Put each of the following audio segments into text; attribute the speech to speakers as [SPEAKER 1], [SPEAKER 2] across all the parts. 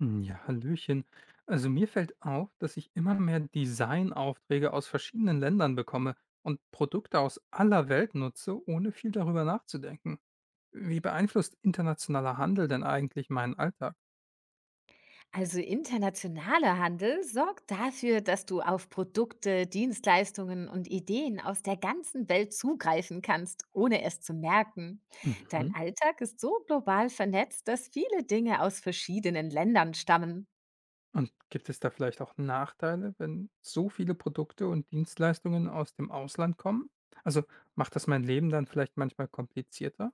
[SPEAKER 1] Hm, ja, Hallöchen. Also mir fällt auf, dass ich immer mehr Designaufträge aus verschiedenen Ländern bekomme und Produkte aus aller Welt nutze, ohne viel darüber nachzudenken. Wie beeinflusst internationaler Handel denn eigentlich meinen Alltag?
[SPEAKER 2] Also internationaler Handel sorgt dafür, dass du auf Produkte, Dienstleistungen und Ideen aus der ganzen Welt zugreifen kannst, ohne es zu merken. Dein
[SPEAKER 1] Mhm.
[SPEAKER 2] Alltag ist so global vernetzt, dass viele Dinge aus verschiedenen Ländern stammen.
[SPEAKER 1] Und gibt es da vielleicht auch Nachteile, wenn so viele Produkte und Dienstleistungen aus dem Ausland kommen? Also macht das mein Leben dann vielleicht manchmal komplizierter?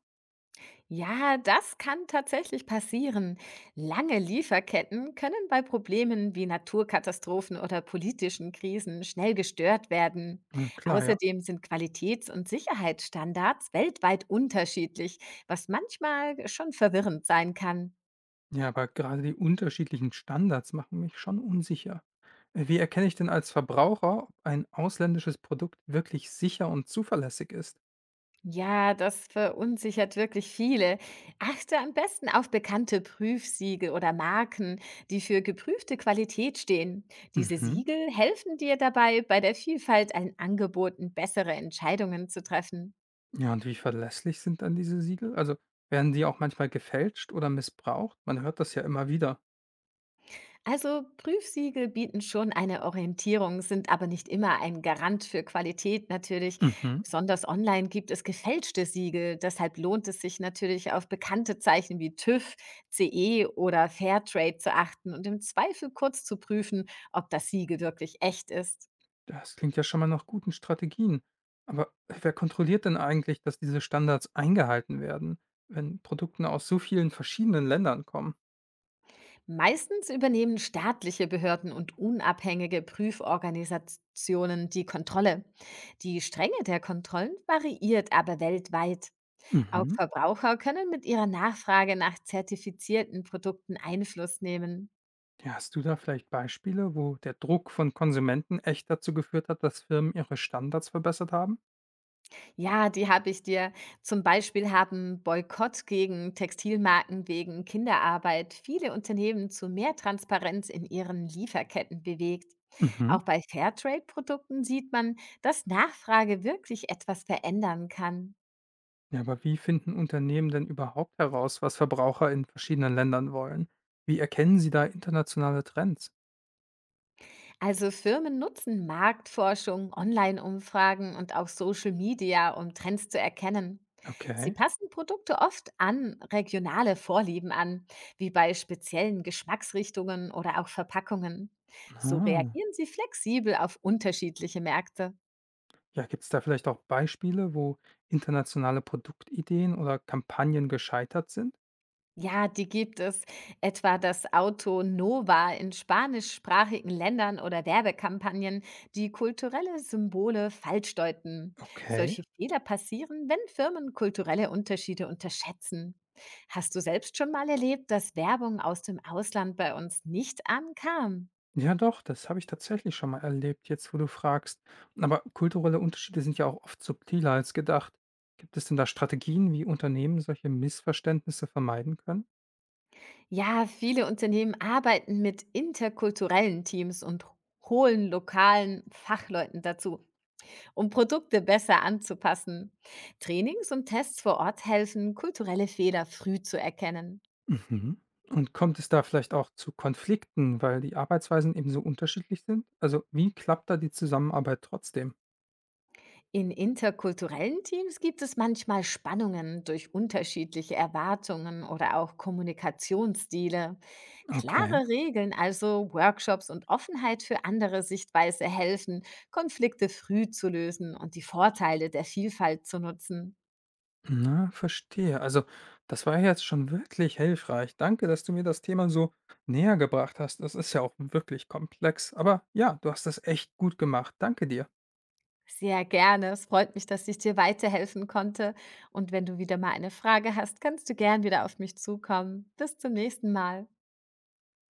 [SPEAKER 2] Ja, das kann tatsächlich passieren. Lange Lieferketten können bei Problemen wie Naturkatastrophen oder politischen Krisen schnell gestört werden.
[SPEAKER 1] Okay. Klar, ja.
[SPEAKER 2] Außerdem sind Qualitäts- und Sicherheitsstandards weltweit unterschiedlich, was manchmal schon verwirrend sein kann.
[SPEAKER 1] Ja, aber gerade die unterschiedlichen Standards machen mich schon unsicher. Wie erkenne ich denn als Verbraucher, ob ein ausländisches Produkt wirklich sicher und zuverlässig ist?
[SPEAKER 2] Ja, das verunsichert wirklich viele. Achte am besten auf bekannte Prüfsiegel oder Marken, die für geprüfte Qualität stehen. Diese
[SPEAKER 1] Mhm.
[SPEAKER 2] Siegel helfen dir dabei, bei der Vielfalt an Angeboten bessere Entscheidungen zu treffen.
[SPEAKER 1] Ja, und wie verlässlich sind dann diese Siegel? Also werden die auch manchmal gefälscht oder missbraucht? Man hört das ja immer wieder.
[SPEAKER 2] Also Prüfsiegel bieten schon eine Orientierung, sind aber nicht immer ein Garant für Qualität natürlich.
[SPEAKER 1] Mhm.
[SPEAKER 2] Besonders online gibt es gefälschte Siegel. Deshalb lohnt es sich natürlich auf bekannte Zeichen wie TÜV, CE oder Fairtrade zu achten und im Zweifel kurz zu prüfen, ob das Siegel wirklich echt ist.
[SPEAKER 1] Das klingt ja schon mal nach guten Strategien. Aber wer kontrolliert denn eigentlich, dass diese Standards eingehalten werden, wenn Produkte aus so vielen verschiedenen Ländern kommen?
[SPEAKER 2] Meistens übernehmen staatliche Behörden und unabhängige Prüforganisationen die Kontrolle. Die Strenge der Kontrollen variiert aber weltweit. Auch
[SPEAKER 1] Mhm.
[SPEAKER 2] Verbraucher können mit ihrer Nachfrage nach zertifizierten Produkten Einfluss nehmen.
[SPEAKER 1] Ja, hast du da vielleicht Beispiele, wo der Druck von Konsumenten echt dazu geführt hat, dass Firmen ihre Standards verbessert haben?
[SPEAKER 2] Ja, die habe ich dir. Zum Beispiel haben Boykott gegen Textilmarken wegen Kinderarbeit viele Unternehmen zu mehr Transparenz in ihren Lieferketten bewegt.
[SPEAKER 1] Mhm.
[SPEAKER 2] Auch bei Fairtrade-Produkten sieht man, dass Nachfrage wirklich etwas verändern kann.
[SPEAKER 1] Ja, aber wie finden Unternehmen denn überhaupt heraus, was Verbraucher in verschiedenen Ländern wollen? Wie erkennen sie da internationale Trends?
[SPEAKER 2] Also Firmen nutzen Marktforschung, Online-Umfragen und auch Social Media, um Trends zu erkennen. Sie
[SPEAKER 1] Okay.
[SPEAKER 2] passen Produkte oft an regionale Vorlieben an, wie bei speziellen Geschmacksrichtungen oder auch Verpackungen. So
[SPEAKER 1] Ah.
[SPEAKER 2] reagieren sie flexibel auf unterschiedliche Märkte.
[SPEAKER 1] Ja, gibt es da vielleicht auch Beispiele, wo internationale Produktideen oder Kampagnen gescheitert sind?
[SPEAKER 2] Ja, die gibt es. Etwa das Auto Nova in spanischsprachigen Ländern oder Werbekampagnen, die kulturelle Symbole falsch deuten.
[SPEAKER 1] Okay.
[SPEAKER 2] Solche Fehler passieren, wenn Firmen kulturelle Unterschiede unterschätzen. Hast du selbst schon mal erlebt, dass Werbung aus dem Ausland bei uns nicht ankam?
[SPEAKER 1] Ja, doch, das habe ich tatsächlich schon mal erlebt, jetzt wo du fragst. Aber kulturelle Unterschiede sind ja auch oft subtiler als gedacht. Gibt es denn da Strategien, wie Unternehmen solche Missverständnisse vermeiden können?
[SPEAKER 2] Ja, viele Unternehmen arbeiten mit interkulturellen Teams und holen lokalen Fachleuten dazu, um Produkte besser anzupassen. Trainings und Tests vor Ort helfen, kulturelle Fehler früh zu erkennen.
[SPEAKER 1] Mhm. Und kommt es da vielleicht auch zu Konflikten, weil die Arbeitsweisen eben so unterschiedlich sind? Also, wie klappt da die Zusammenarbeit trotzdem?
[SPEAKER 2] In interkulturellen Teams gibt es manchmal Spannungen durch unterschiedliche Erwartungen oder auch Kommunikationsstile.
[SPEAKER 1] Okay.
[SPEAKER 2] Klare Regeln, also Workshops und Offenheit für andere Sichtweise helfen, Konflikte früh zu lösen und die Vorteile der Vielfalt zu nutzen.
[SPEAKER 1] Na, verstehe. Also, das war ja jetzt schon wirklich hilfreich. Danke, dass du mir das Thema so näher gebracht hast. Das ist ja auch wirklich komplex. Aber ja, du hast das echt gut gemacht. Danke dir.
[SPEAKER 2] Sehr gerne. Es freut mich, dass ich dir weiterhelfen konnte. Und wenn du wieder mal eine Frage hast, kannst du gern wieder auf mich zukommen. Bis zum nächsten Mal.